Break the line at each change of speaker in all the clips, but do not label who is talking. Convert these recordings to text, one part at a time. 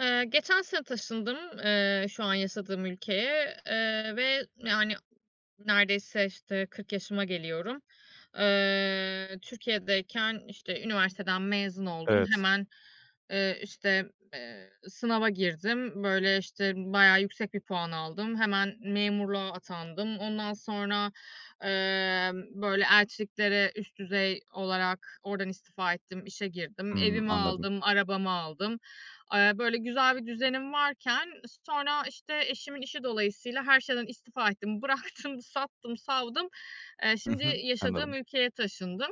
Geçen sene taşındım, şu an yaşadığım ülkeye, ve neredeyse, işte, 40 yaşıma geliyorum. Türkiye'deyken, işte, üniversiteden mezun oldum.
Evet.
Sınava girdim. Böyle, işte, bayağı yüksek bir puan aldım. Hemen memurluğa atandım. Ondan sonra, böyle, elçiliklere üst düzey olarak oradan istifa ettim, işe girdim.
Hımm,
Evimi
anladım.
aldım, arabamı aldım. Böyle güzel bir düzenim varken sonra, işte, eşimin işi dolayısıyla her şeyden istifa ettim. Bıraktım, sattım, savdum.
Hı
Şimdi
hı,
yaşadığım
anladım.
ülkeye taşındım.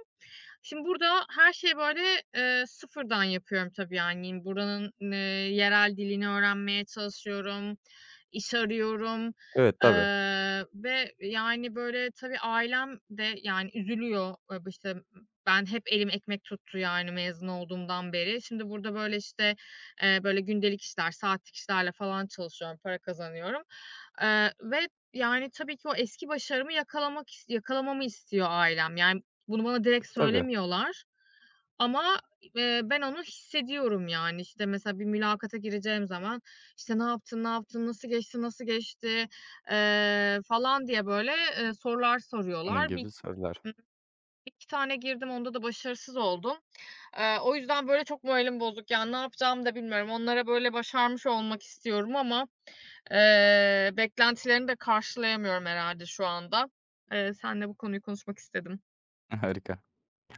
Şimdi burada her şeyi, böyle, sıfırdan yapıyorum tabii, yani, buranın, yerel dilini öğrenmeye çalışıyorum, iş arıyorum,
Evet, tabii,
ve, yani, böyle, tabii ailem de, yani, üzülüyor. B işte, ben hep elim ekmek tuttu, yani, mezun olduğumdan beri. Şimdi burada, böyle, işte, böyle, gündelik işler, saatlik işlerle falan çalışıyorum, para kazanıyorum, ve, yani, tabii ki o eski başarımı yakalamak is yakalamamı istiyor ailem. Yani, bunu bana direkt
tabii.
söylemiyorlar ama, ben onu hissediyorum, yani. İşte, mesela bir mülakata gireceğim zaman, işte, "Ne yaptın, ne yaptın, nasıl geçti, nasıl geçti?" Falan diye, böyle, sorular
Bunun
soruyorlar. Bir
gibi sorular.
ımm, 1-2 tane girdim, onda da başarısız oldum. O yüzden, böyle, çok moralim bozuk. Yani, ne yapacağımı da bilmiyorum. Onlara, böyle, başarmış olmak istiyorum ama, beklentilerini de karşılayamıyorum herhâlde şu anda. Seninle bu konuyu konuşmak istedim.
Harika.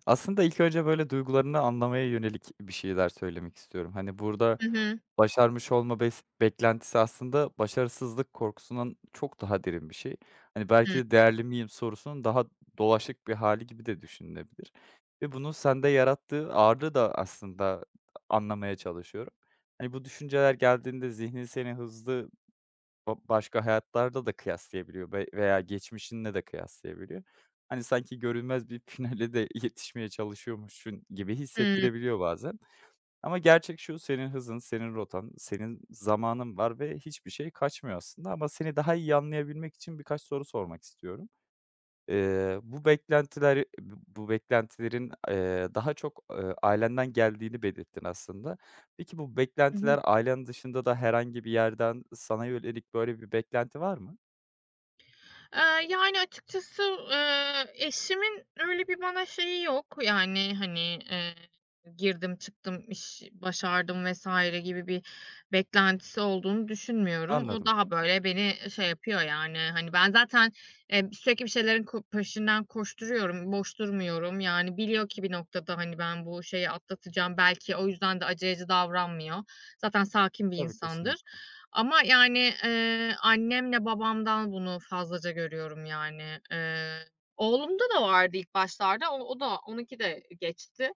Aslında ilk önce, böyle, duygularını anlamaya yönelik bir şeyler söylemek istiyorum. Hani, burada
Hı hı.
başarmış olma beklentisi aslında başarısızlık korkusundan çok daha derin bir şey. Hani,
Hı.
belki de değerli miyim sorusunun daha dolaşık bir hali gibi de düşünülebilir ve bunun sende yarattığı ağırlığı da aslında anlamaya çalışıyorum. Hani, bu düşünceler geldiğinde zihnin seni hızlı başka hayatlarda da kıyaslayabiliyor veya geçmişinle de kıyaslayabiliyor. Hani, sanki görünmez bir finale de yetişmeye çalışıyormuşsun gibi
Hıı.
hissettirebiliyor bazen. Ama gerçek şu, senin hızın, senin rotan, senin zamanın var ve hiçbir şey kaçmıyor aslında, ama seni daha iyi anlayabilmek için birkaç soru sormak istiyorum. Eee, bu beklentiler bu beklentilerin, daha çok, ailenden geldiğini belirttin aslında. Peki bu
Hı hı.
beklentiler ailen dışında da herhangi bir yerden sana yönelik böyle bir beklenti var mı?
Yani, açıkçası, eşimin öyle bir bana şeyi yok. Yani, hani, eee, girdim çıktım, iş başardım vesaire gibi bir beklentisi olduğunu düşünmüyorum. O
Anladım.
daha böyle beni şey yapıyor, yani, hani, ben zaten, sürekli bir şeylerin peşinden koşturuyorum, boş durmuyorum. Yani, biliyor ki bir noktada, hani, ben bu şeyi atlatacağım. Belki o yüzden de aceleci davranmıyor. Zaten sakin bir
Tabii,
insandır.
kesinlikle.
Ama, yani, annemle babamdan bunu fazlaca görüyorum, yani. Oğlumda da vardı ilk başlarda. O da onunki de geçti,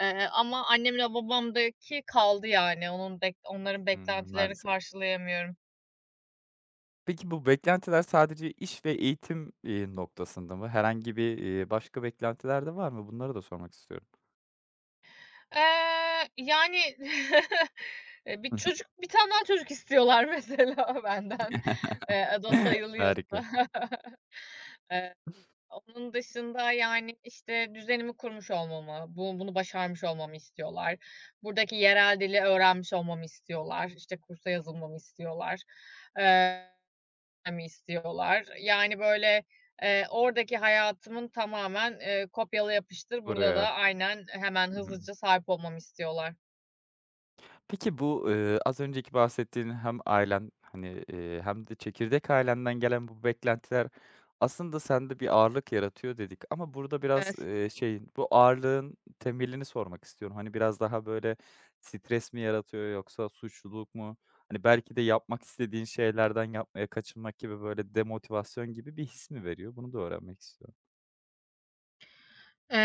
ama annemle babamdaki kaldı, yani. Onun bek Onların
Hımm,
beklentilerini
maalesef.
karşılayamıyorum.
Peki bu beklentiler sadece iş ve eğitim, noktasında mı? Herhangi bir, başka beklentiler de var mı? Bunları da sormak istiyorum.
Yani, bir çocuk, bir tane daha çocuk istiyorlar mesela benden. O da sayılıyorsa.
Harika.
Eee Onun dışında, yani, işte, düzenimi kurmuş olmamı, bunu başarmış olmamı istiyorlar. Buradaki yerel dili öğrenmiş olmamı istiyorlar. İşte, kursa yazılmamı istiyorlar. Eee, istiyorlar. Yani, böyle, oradaki hayatımın tamamen, kopyala yapıştır burada da
Buraya.
aynen hemen
Hı hı.
hızlıca sahip olmamı istiyorlar.
Peki bu, az önceki bahsettiğin hem ailen, hani, hem de çekirdek ailenden gelen bu beklentiler aslında sende bir ağırlık yaratıyor dedik, ama burada biraz, şeyin, bu ağırlığın temelini sormak istiyorum. Hani, biraz daha böyle stres mi yaratıyor yoksa suçluluk mu? Hani, belki de yapmak istediğin şeylerden yapmaya kaçınmak gibi böyle demotivasyon gibi bir his mi veriyor? Bunu da öğrenmek istiyorum.
Eee,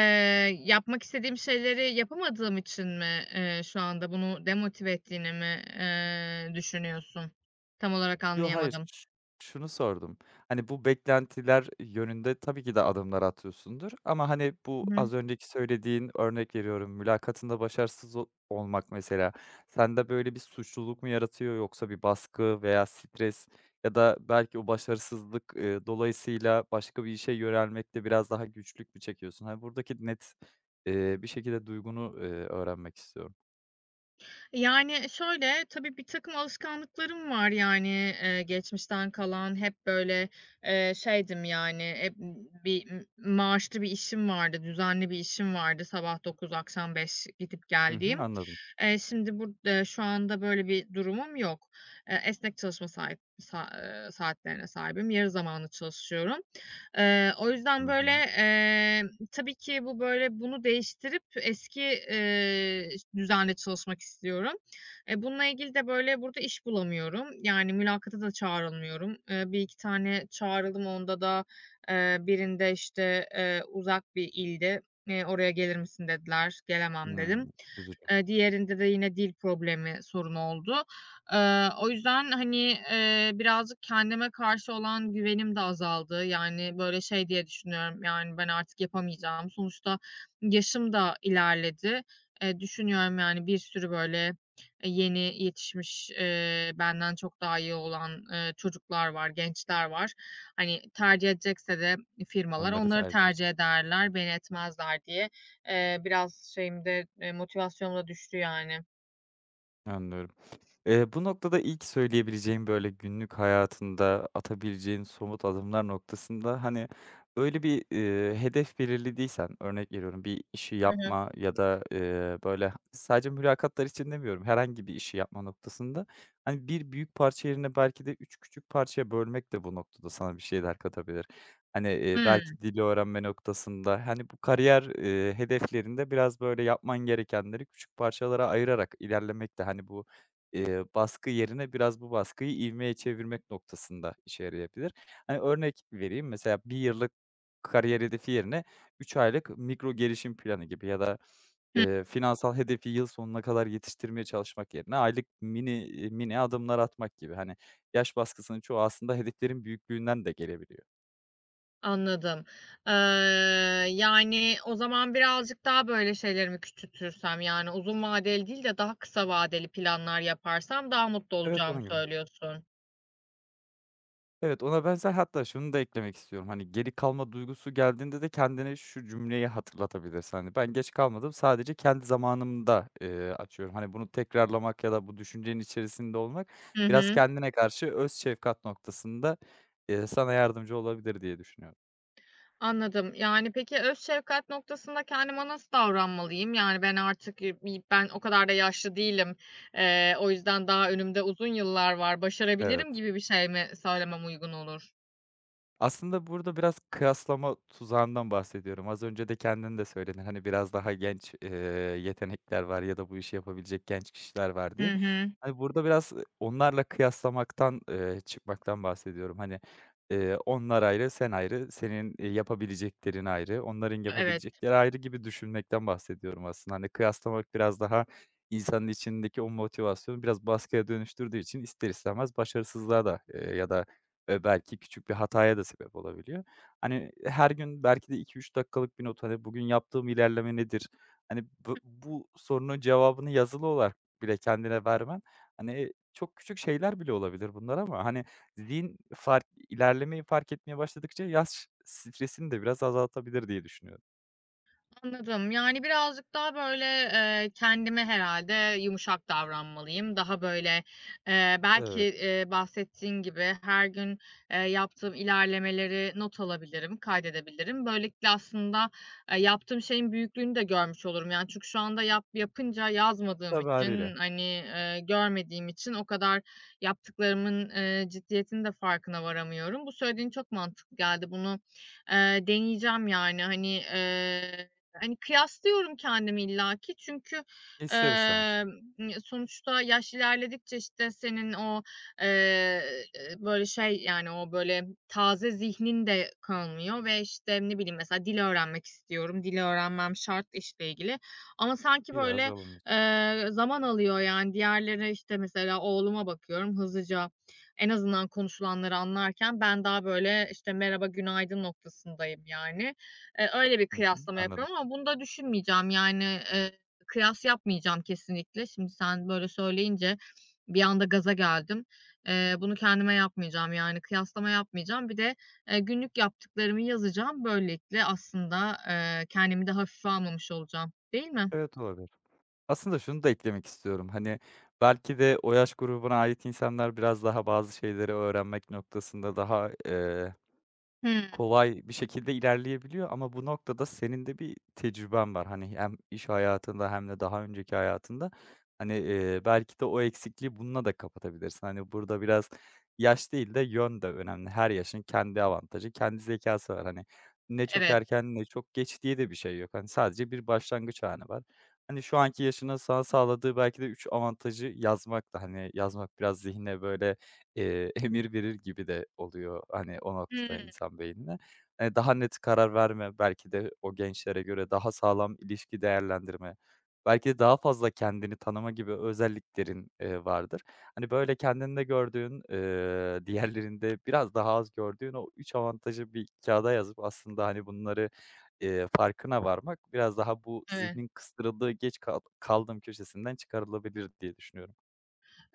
Yapmak istediğim şeyleri yapamadığım için mi, şu anda bunu demotive ettiğini mi, düşünüyorsun? Tam olarak
Yo, hayır.
anlayamadım.
Şunu sordum. Hani, bu beklentiler yönünde tabii ki de adımlar atıyorsundur, ama, hani, bu az önceki söylediğin, örnek veriyorum, mülakatında başarısız olmak mesela, sende böyle bir suçluluk mu yaratıyor yoksa bir baskı veya stres ya da belki o başarısızlık, dolayısıyla başka bir işe yönelmekte biraz daha güçlük mü çekiyorsun? Hani, buradaki net, bir şekilde duygunu, öğrenmek istiyorum.
Yani, şöyle, tabii bir takım alışkanlıklarım var, yani, geçmişten kalan. Hep, böyle, şeydim, yani, hep bir maaşlı bir işim vardı, düzenli bir işim vardı. Sabah dokuz akşam beş gidip
Hı hı,
geldiğim.
anladım.
Şimdi burada şu anda böyle bir durumum yok. Esnek çalışma sahip sa saatlerine sahibim. Yarı zamanlı çalışıyorum. O
Hı
yüzden, böyle,
hı.
tabii ki bu böyle bunu değiştirip eski, düzende çalışmak istiyorum. Bununla ilgili de böyle burada iş bulamıyorum. Yani mülakata da çağrılmıyorum. 1-2 tane çağrıldım. Onda da, birinde, işte, uzak bir ildi. "Oraya gelir misin?" dediler. Gelemem dedim.
Hımm, üzücü.
Diğerinde de yine dil problemi sorunu oldu. O yüzden, hani, birazcık kendime karşı olan güvenim de azaldı. Yani, böyle, şey diye düşünüyorum, yani, ben artık yapamayacağım. Sonuçta yaşım da ilerledi. Düşünüyorum, yani, bir sürü, böyle, yeni yetişmiş, benden çok daha iyi olan, çocuklar var, gençler var. Hani, tercih edecekse de firmalar
Onları
onları
tercih
tercih
ediyorum.
ederler, beni etmezler diye. Biraz şeyim de, motivasyonum da düştü yani.
Anlıyorum. Bu noktada ilk söyleyebileceğim, böyle, günlük hayatında atabileceğin somut adımlar noktasında, hani, öyle bir, hedef belirlediysen, örnek veriyorum, bir işi
Hı hı.
yapma ya da, böyle, sadece mülakatlar için demiyorum, herhangi bir işi yapma noktasında, hani, bir büyük parça yerine belki de 3 küçük parçaya bölmek de bu noktada sana bir şeyler katabilir. Hani,
Hımm.
belki dili öğrenme noktasında, hani, bu kariyer, hedeflerinde biraz, böyle, yapman gerekenleri küçük parçalara ayırarak ilerlemek de, hani, bu baskı yerine biraz bu baskıyı ivmeye çevirmek noktasında işe yarayabilir. Hani, örnek vereyim, mesela bir yıllık kariyer hedefi yerine 3 aylık mikro gelişim planı gibi ya da,
Hı,
finansal hedefi yıl sonuna kadar yetiştirmeye çalışmak yerine aylık mini adımlar atmak gibi. Hani, yaş baskısının çoğu aslında hedeflerin büyüklüğünden de gelebiliyor.
anladım. Eee, Yani, o zaman birazcık daha böyle şeylerimi küçültürsem, yani, uzun vadeli değil de daha kısa vadeli planlar yaparsam daha mutlu
Evet,
olacağımı
onun gibi.
söylüyorsun.
Evet, ona benzer, hatta şunu da eklemek istiyorum, hani, geri kalma duygusu geldiğinde de kendine şu cümleyi hatırlatabilirsin, hani, "Ben geç kalmadım, sadece kendi zamanımda, açıyorum." Hani, bunu tekrarlamak ya da bu düşüncenin içerisinde olmak
Hı
biraz
hı.
kendine karşı öz şefkat noktasında, sana yardımcı olabilir diye düşünüyorum.
Anladım. Yani, peki öz şefkat noktasında kendime nasıl davranmalıyım? Yani, ben artık, bi ben o kadar da yaşlı değilim. O yüzden daha önümde uzun yıllar var,
Evet.
başarabilirim gibi bir şey mi söylemem uygun olur?
Aslında burada biraz kıyaslama tuzağından bahsediyorum. Az önce de kendin de söyledin, hani, biraz daha genç, yetenekler var ya da bu işi yapabilecek genç kişiler var
Hı
diye.
hı.
Hani, burada biraz onlarla kıyaslamaktan, çıkmaktan bahsediyorum. Hani, onlar ayrı, sen ayrı, senin, yapabileceklerin ayrı, onların
Evet,
yapabilecekleri ayrı gibi düşünmekten bahsediyorum aslında. Hani, kıyaslamak biraz daha insanın içindeki o motivasyonu biraz baskıya dönüştürdüğü için ister istemez başarısızlığa da, ya da belki küçük bir hataya da sebep olabiliyor. Hani, her gün belki de 2-3 dakikalık bir not, hani, bugün yaptığım ilerleme nedir? Hani, bu sorunun cevabını yazılı olarak bile kendine vermen, hani, çok küçük şeyler bile olabilir bunlar, ama, hani, zihin ilerlemeyi fark etmeye başladıkça yaş stresini de biraz azaltabilir diye düşünüyorum.
anladım. Yani, birazcık daha, böyle, kendime herhalde yumuşak davranmalıyım. Daha, böyle, belki,
Evet.
bahsettiğin gibi her gün, yaptığım ilerlemeleri not alabilirim, kaydedebilirim. Böylelikle aslında, yaptığım şeyin büyüklüğünü de görmüş olurum. Yani, çünkü şu anda yapınca yazmadığım
Tabii hâliyle.
için, hani, görmediğim için o kadar yaptıklarımın, ciddiyetinin de farkına varamıyorum. Bu söylediğin çok mantıklı geldi. Bunu, deneyeceğim, yani. Hani, kıyaslıyorum kendimi illaki çünkü,
İster istemez.
emm, sonuçta yaş ilerledikçe, işte, senin o, eee, böyle, şey, yani, o, böyle, taze zihnin de kalmıyor ve, işte, ne bileyim, mesela dil öğrenmek istiyorum. Dil öğrenmem şart işle ilgili ama sanki,
Biraz
böyle,
olumlu.
zaman alıyor, yani. Diğerleri, işte, mesela oğluma bakıyorum hızlıca en azından konuşulanları anlarken ben daha, böyle, işte, merhaba, günaydın noktasındayım, yani. Öyle bir
Hı hı.
kıyaslama
Anladım.
yapıyorum ama bunu da düşünmeyeceğim. Yani, eee, kıyas yapmayacağım kesinlikle. Şimdi sen böyle söyleyince bir anda gaza geldim. Bunu kendime yapmayacağım, yani kıyaslama yapmayacağım. Bir de, günlük yaptıklarımı yazacağım. Böylelikle aslında, kendimi de hafife almamış olacağım, değil mi?
Evet, olabilir. Aslında şunu da eklemek istiyorum. Hani, belki de o yaş grubuna ait insanlar biraz daha bazı şeyleri öğrenmek noktasında daha
Hımm,
kolay bir şekilde ilerleyebiliyor, ama bu noktada senin de bir tecrüben var. Hani, hem iş hayatında hem de daha önceki hayatında, hani, belki de o eksikliği bununla da kapatabilirsin. Hani, burada biraz yaş değil de yön de önemli. Her yaşın kendi avantajı, kendi zekası var. Hani, ne çok
evet.
erken ne çok geç diye de bir şey yok. Hani, sadece bir başlangıç anı var. Hani, şu anki yaşının sana sağladığı belki de 3 avantajı yazmak da, hani, yazmak biraz zihne böyle emir verir gibi de oluyor, hani, o noktada
Hımm,
insan beynine. Daha net karar verme, belki de o gençlere göre daha sağlam ilişki değerlendirme, belki de daha fazla kendini tanıma gibi özelliklerin, vardır. Hani, böyle kendinde gördüğün, diğerlerinde biraz daha az gördüğün o 3 avantajı bir kağıda yazıp aslında, hani, bunları, farkına varmak biraz daha bu
evet.
zihnin kıstırıldığı geç kal kaldığım köşesinden çıkarılabilir diye düşünüyorum.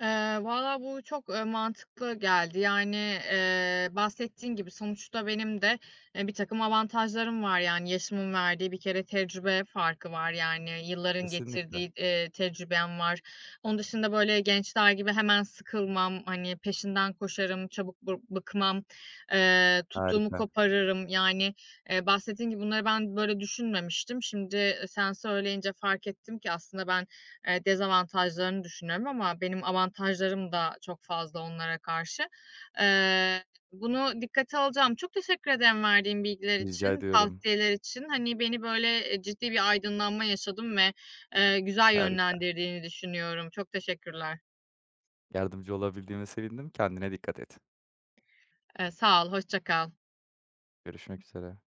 Eee, Valla bu çok, mantıklı geldi. Yani, bahsettiğin gibi sonuçta benim de, bir takım avantajlarım var. Yani yaşımın verdiği bir kere tecrübe farkı var. Yani yılların
Kesinlikle.
getirdiği, tecrübem var. Onun dışında böyle gençler gibi hemen sıkılmam, hani, peşinden koşarım, çabuk bıkmam, tuttuğumu
Harika.
koparırım. Yani, bahsettiğin gibi bunları ben böyle düşünmemiştim. Şimdi, sen söyleyince fark ettim ki aslında ben, dezavantajlarını düşünüyorum ama benim avantajlarım da çok fazla onlara karşı. Eee, Bunu dikkate alacağım. Çok teşekkür ederim verdiğin bilgiler
Rica
için,
ediyorum.
tavsiyeler için. Hani, beni, böyle, ciddi bir aydınlanma yaşadım ve, güzel
Harika.
yönlendirdiğini düşünüyorum. Çok teşekkürler.
Yardımcı olabildiğime sevindim. Kendine dikkat et.
Sağ ol, hoşça kal.
Görüşmek üzere.